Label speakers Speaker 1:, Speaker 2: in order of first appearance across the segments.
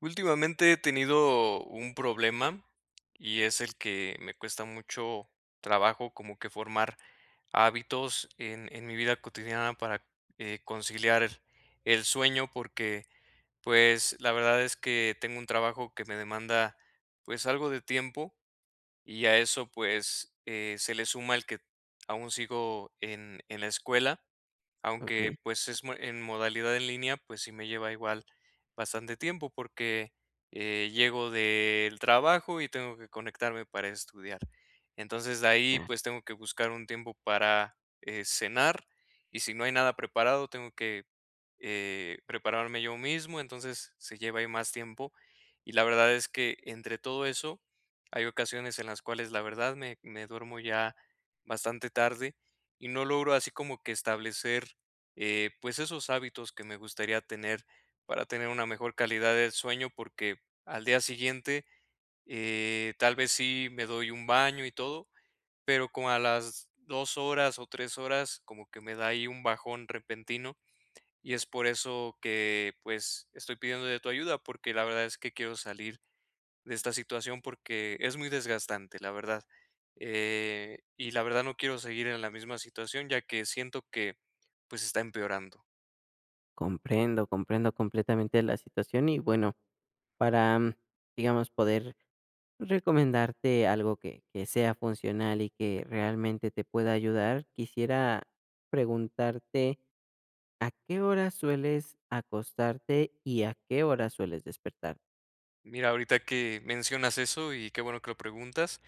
Speaker 1: Últimamente he tenido un problema y es el que me cuesta mucho trabajo como que formar hábitos en mi vida cotidiana para conciliar el sueño porque pues la verdad es que tengo un trabajo que me demanda pues algo de tiempo y a eso, pues, se le suma el que aún sigo en la escuela, aunque,
Speaker 2: Okey,
Speaker 1: pues, es mo en modalidad en línea, pues, sí me lleva igual bastante tiempo, porque, llego del trabajo y tengo que conectarme para estudiar. Entonces, de ahí,
Speaker 2: ah,
Speaker 1: pues, tengo que buscar un tiempo para cenar, y si no hay nada preparado, tengo que prepararme yo mismo, entonces se lleva ahí más tiempo. Y la verdad es que entre todo eso hay ocasiones en las cuales la verdad me duermo ya bastante tarde y no logro así como que establecer pues esos hábitos que me gustaría tener para tener una mejor calidad del sueño porque al día siguiente tal vez sí me doy un baño y todo, pero como a las 2 horas o 3 horas como que me da ahí un bajón repentino y es por eso que pues estoy pidiendo de tu ayuda porque la verdad es que quiero salir de esta situación porque es muy desgastante, la verdad. Y la verdad no quiero seguir en la misma situación ya que siento que pues está empeorando.
Speaker 2: comprendo, comprendo completamente la situación y bueno, para, mm, digamos, poder recomendarte algo que sea funcional y que realmente te pueda ayudar, quisiera preguntarte, ¿a qué hora sueles acostarte y a qué hora sueles despertar?
Speaker 1: Mira, ahorita que mencionas eso y qué bueno que lo preguntas,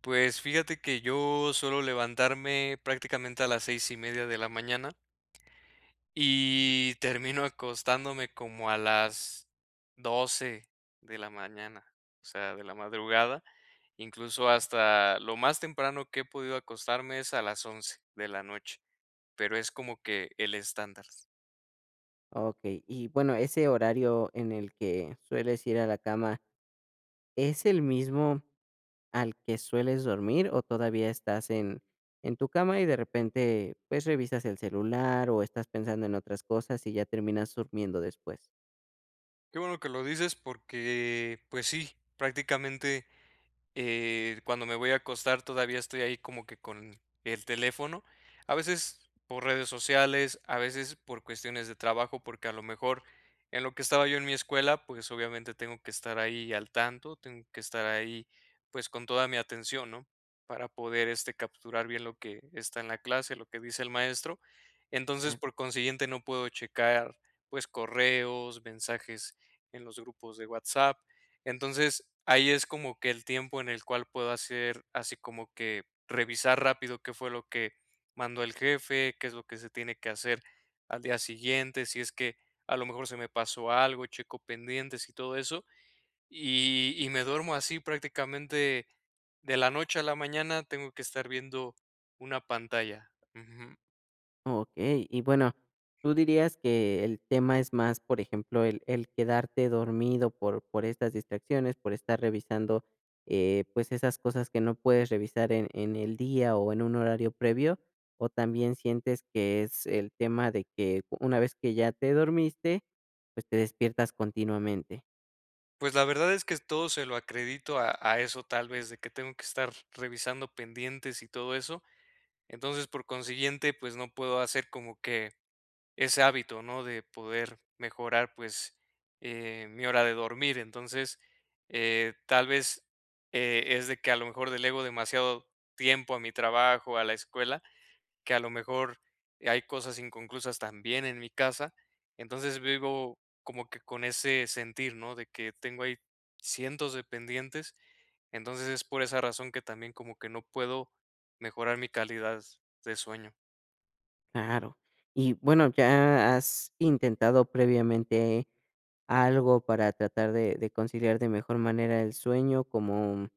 Speaker 1: pues fíjate que yo suelo levantarme prácticamente a las 6:30 de la mañana. Y termino acostándome como a las 12 de la mañana, o sea, de la madrugada, incluso
Speaker 2: Okey.
Speaker 1: hasta lo más temprano que he podido acostarme es a las 11 de la noche, pero es como que el estándar.
Speaker 2: Okey, y bueno, ese horario en el que sueles ir a la cama, ¿es el mismo al que sueles dormir o todavía en tu cama y de repente pues revisas el celular o estás pensando en otras cosas y ya terminas durmiendo después?
Speaker 1: Qué bueno que lo dices porque, pues sí, prácticamente, cuando me voy a acostar todavía estoy ahí como que con el teléfono, a veces por redes sociales, a veces por cuestiones de trabajo, porque a lo mejor en lo que estaba yo en mi escuela, pues obviamente tengo que estar ahí al tanto, tengo que estar ahí pues con toda mi atención, ¿no? Para poder este capturar bien lo que está en la clase, lo que dice el maestro. Entonces,
Speaker 2: Ah.
Speaker 1: por consiguiente, no puedo checar pues correos, mensajes en los grupos de WhatsApp. Entonces, ahí es como que el tiempo en el cual puedo hacer así como que revisar rápido qué fue lo que mandó el jefe, qué es lo que se tiene que hacer al día siguiente, si es que a lo mejor se me pasó algo, checo pendientes y todo eso. Y me duermo así prácticamente de la noche a la mañana, tengo que estar viendo una pantalla. Ujú.
Speaker 2: Okey. Y bueno, ¿tú dirías que el tema es más, por ejemplo, el quedarte dormido por estas distracciones, por estar revisando, pues, esas cosas que no puedes revisar en el día o en un horario previo? ¿O también sientes que es el tema de que una vez que ya te dormiste, pues, te despiertas continuamente?
Speaker 1: Pues la verdad es que todo se lo acredito a eso tal vez, de que tengo que estar revisando pendientes y todo eso. Entonces, por consiguiente, pues no puedo hacer como que ese hábito, ¿no? De poder mejorar, pues, mi hora de dormir. Entonces, tal vez es de que a lo mejor delego demasiado tiempo a mi trabajo, a la escuela, que a lo mejor hay cosas inconclusas también en mi casa. Entonces vivo como que con ese sentir, ¿no? De que tengo ahí cientos de pendientes. Entonces es por esa razón que también como que no puedo mejorar mi calidad de sueño.
Speaker 2: Claro. Y bueno, ¿ya has intentado previamente algo para tratar de conciliar de mejor manera el sueño, como,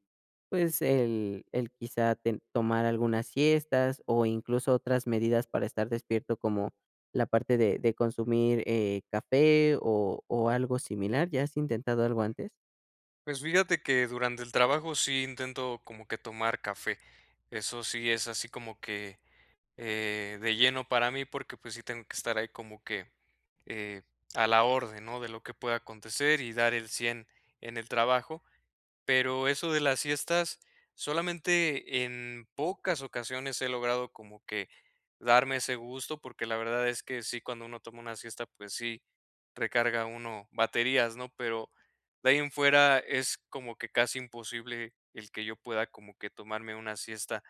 Speaker 2: pues, el quizá ten tomar algunas siestas, o incluso otras medidas para estar despierto, como la parte de consumir, café o algo similar? ¿Ya has intentado algo antes?
Speaker 1: Pues fíjate que durante el trabajo sí intento como que tomar café. Eso sí es así como que de lleno para mí porque pues sí tengo que estar ahí como que eh, a la orden, ¿no? De lo que pueda acontecer y dar el 100 en el trabajo. Pero eso de las siestas, solamente en pocas ocasiones he logrado como que darme ese gusto, porque la verdad es que sí, cuando uno toma una siesta, pues sí, recarga uno baterías, ¿no? Pero de ahí en fuera es como que casi imposible el que yo pueda como que tomarme una siesta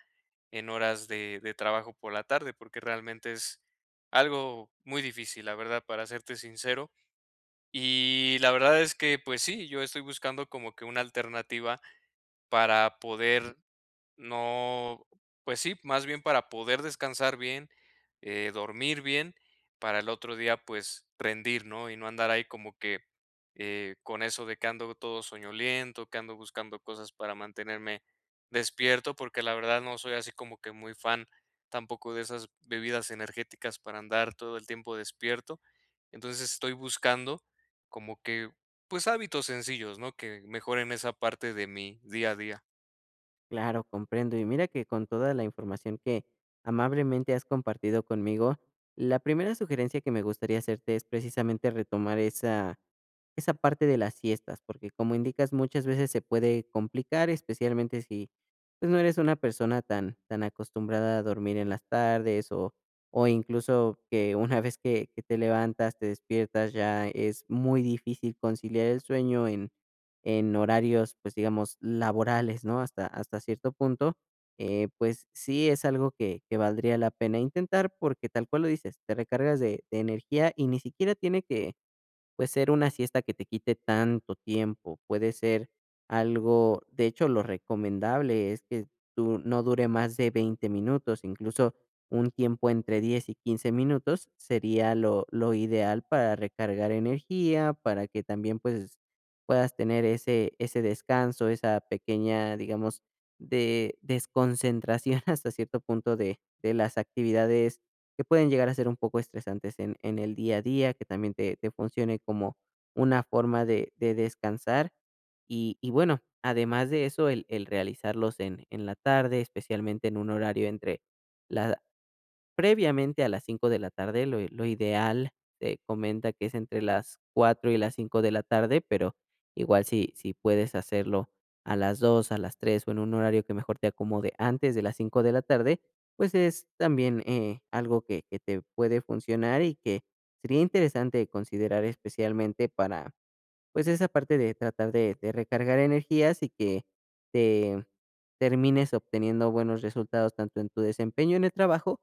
Speaker 1: en horas de trabajo por la tarde, porque realmente es algo muy difícil, la verdad, para serte sincero. Y la verdad es que, pues sí, yo estoy buscando como que una alternativa para poder no, pues sí, más bien para poder descansar bien, dormir bien, para el otro día, pues rendir, ¿no? Y no andar ahí como que con eso de que ando todo soñoliento, que ando buscando cosas para mantenerme despierto, porque la verdad no soy así como que muy fan tampoco de esas bebidas energéticas para andar todo el tiempo despierto. Entonces estoy buscando como que, pues hábitos sencillos, ¿no? Que mejoren esa parte de mi día a día.
Speaker 2: Claro, comprendo. Y mira que con toda la información que amablemente has compartido conmigo, la primera sugerencia que me gustaría hacerte es precisamente retomar esa parte de las siestas, porque como indicas, muchas veces se puede complicar, especialmente si pues, no eres una persona tan acostumbrada a dormir en las tardes o incluso que una vez que te levantas, te despiertas, ya es muy difícil conciliar el sueño en horarios, pues, digamos, laborales, ¿no? Hasta cierto punto, pues, sí es algo que valdría la pena intentar, porque tal cual lo dices, te recargas de energía y ni siquiera tiene que… Puede ser una siesta que te quite tanto tiempo, puede ser algo… De hecho, lo recomendable es que tú no dure más de 20 minutos, incluso un tiempo entre 10 y 15 minutos sería lo ideal para recargar energía, para que también, pues, puedas tener ese descanso, esa pequeña, digamos, de desconcentración hasta cierto punto de las actividades que pueden llegar a ser un poco estresantes en el día a día, que también te funcione como una forma de descansar. Y bueno, además de eso, el realizarlos en la tarde, especialmente en un horario entre la- previamente a las 5 de la tarde, lo ideal, se comenta que es entre las 4 y las 5 de la tarde, pero igual si puedes hacerlo a las dos, a las 3 o en un horario que mejor te acomode antes de las 5 de la tarde, pues es también, algo que te puede funcionar y que sería interesante considerar especialmente para pues, esa parte de tratar de recargar energías y que te termines obteniendo buenos resultados tanto en tu desempeño en el trabajo,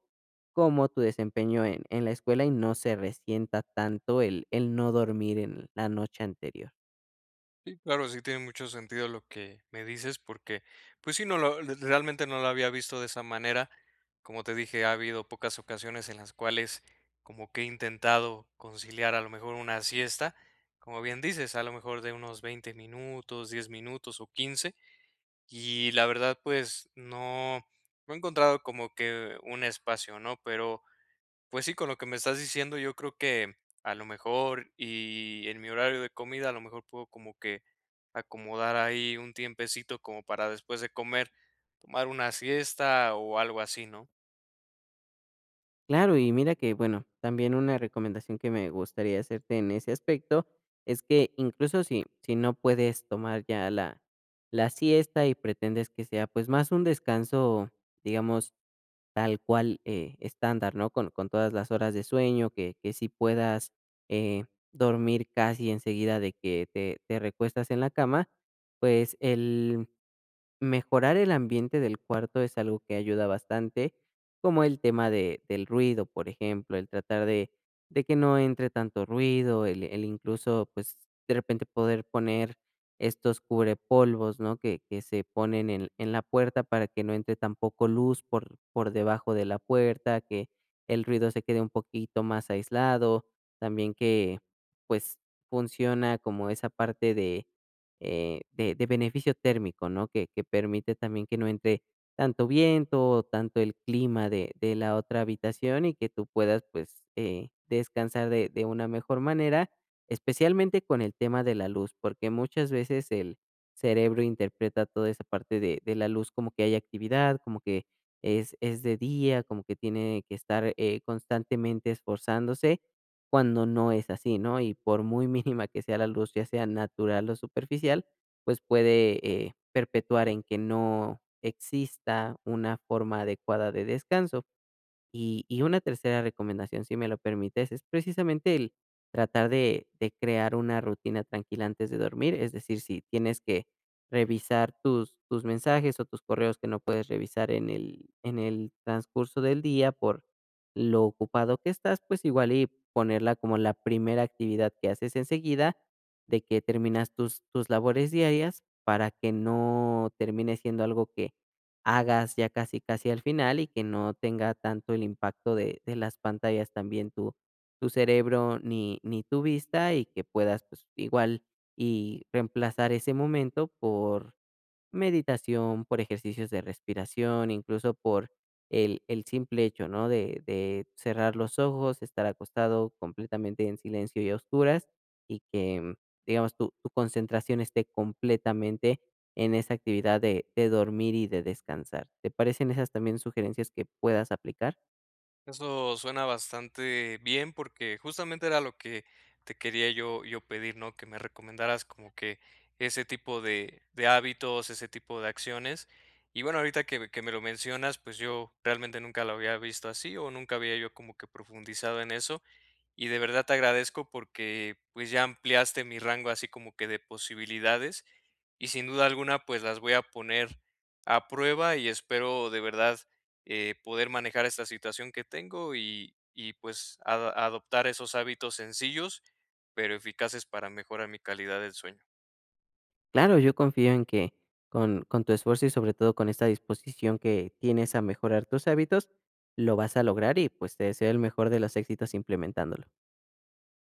Speaker 2: como tu desempeño en la escuela, y no se resienta tanto el no dormir en la noche anterior.
Speaker 1: Sí, claro, sí tiene mucho sentido lo que me dices, porque, pues sí, no lo, realmente no lo había visto de esa manera. Como te dije, ha habido pocas ocasiones en las cuales como que he intentado conciliar a lo mejor una siesta, como bien dices, a lo mejor de unos 20 minutos, 10 minutos o 15. Y la verdad, pues no, no he encontrado como que un espacio, ¿no? Pero pues sí, con lo que me estás diciendo, yo creo que a lo mejor y en mi horario de comida, a lo mejor puedo como que acomodar ahí un tiempecito como para después de comer tomar una siesta o algo así, ¿no?
Speaker 2: Claro, y mira que, bueno, también una recomendación que me gustaría hacerte en ese aspecto es que incluso si no puedes tomar ya la siesta y pretendes que sea, pues, más un descanso, digamos tal cual, estándar, ¿no? Con todas las horas de sueño, que sí puedas, eh, dormir casi enseguida de que te recuestas en la cama, pues el… Mejorar el ambiente del cuarto es algo que ayuda bastante, como el tema de del ruido, por ejemplo, el tratar de que no entre tanto ruido, el incluso, pues, de repente poder poner estos cubrepolvos, ¿no?, que se ponen en la puerta para que no entre tampoco luz por debajo de la puerta, que el ruido se quede un poquito más aislado, también que, pues, funciona como esa parte de de beneficio térmico, ¿no? Que permite también que no entre tanto viento o tanto el clima de la otra habitación y que tú puedas pues descansar de una mejor manera, especialmente con el tema de la luz, porque muchas veces el cerebro interpreta toda esa parte de la luz como que hay actividad, como que es de día, como que tiene que estar constantemente esforzándose cuando no es así, ¿no? Y por muy mínima que sea la luz, ya sea natural o superficial, pues puede perpetuar en que no exista una forma adecuada de descanso. Y una tercera recomendación, si me lo permites, es precisamente el tratar de crear una rutina tranquila antes de dormir. Es decir, si tienes que revisar tus mensajes o tus correos que no puedes revisar en el transcurso del día por lo ocupado que estás, pues igual y ponerla como la primera actividad que haces enseguida de que terminas tus labores diarias para que no termine siendo algo que hagas ya casi al final y que no tenga tanto el impacto de las pantallas también tu cerebro ni tu vista y que puedas pues igual y reemplazar ese momento por meditación, por ejercicios de respiración, incluso por el simple hecho, ¿no? De cerrar los ojos, estar acostado completamente en silencio y a oscuras y que, digamos, tu concentración esté completamente en esa actividad de dormir y de descansar. ¿Te parecen esas también sugerencias que puedas aplicar?
Speaker 1: Eso suena bastante bien porque justamente era lo que te quería yo pedir, ¿no? Que me recomendaras como que ese tipo de hábitos, ese tipo de acciones. Y bueno, ahorita que me lo mencionas, pues yo realmente nunca lo había visto así o nunca había yo como que profundizado en eso. Y de verdad te agradezco porque pues ya ampliaste mi rango así como que de posibilidades y sin duda alguna pues las voy a poner a prueba y espero de verdad poder manejar esta situación que tengo y, pues adoptar esos hábitos sencillos pero eficaces para mejorar mi calidad del sueño.
Speaker 2: Claro, yo confío en que con tu esfuerzo y sobre todo con esta disposición que tienes a mejorar tus hábitos, lo vas a lograr y pues te deseo el mejor de los éxitos implementándolo.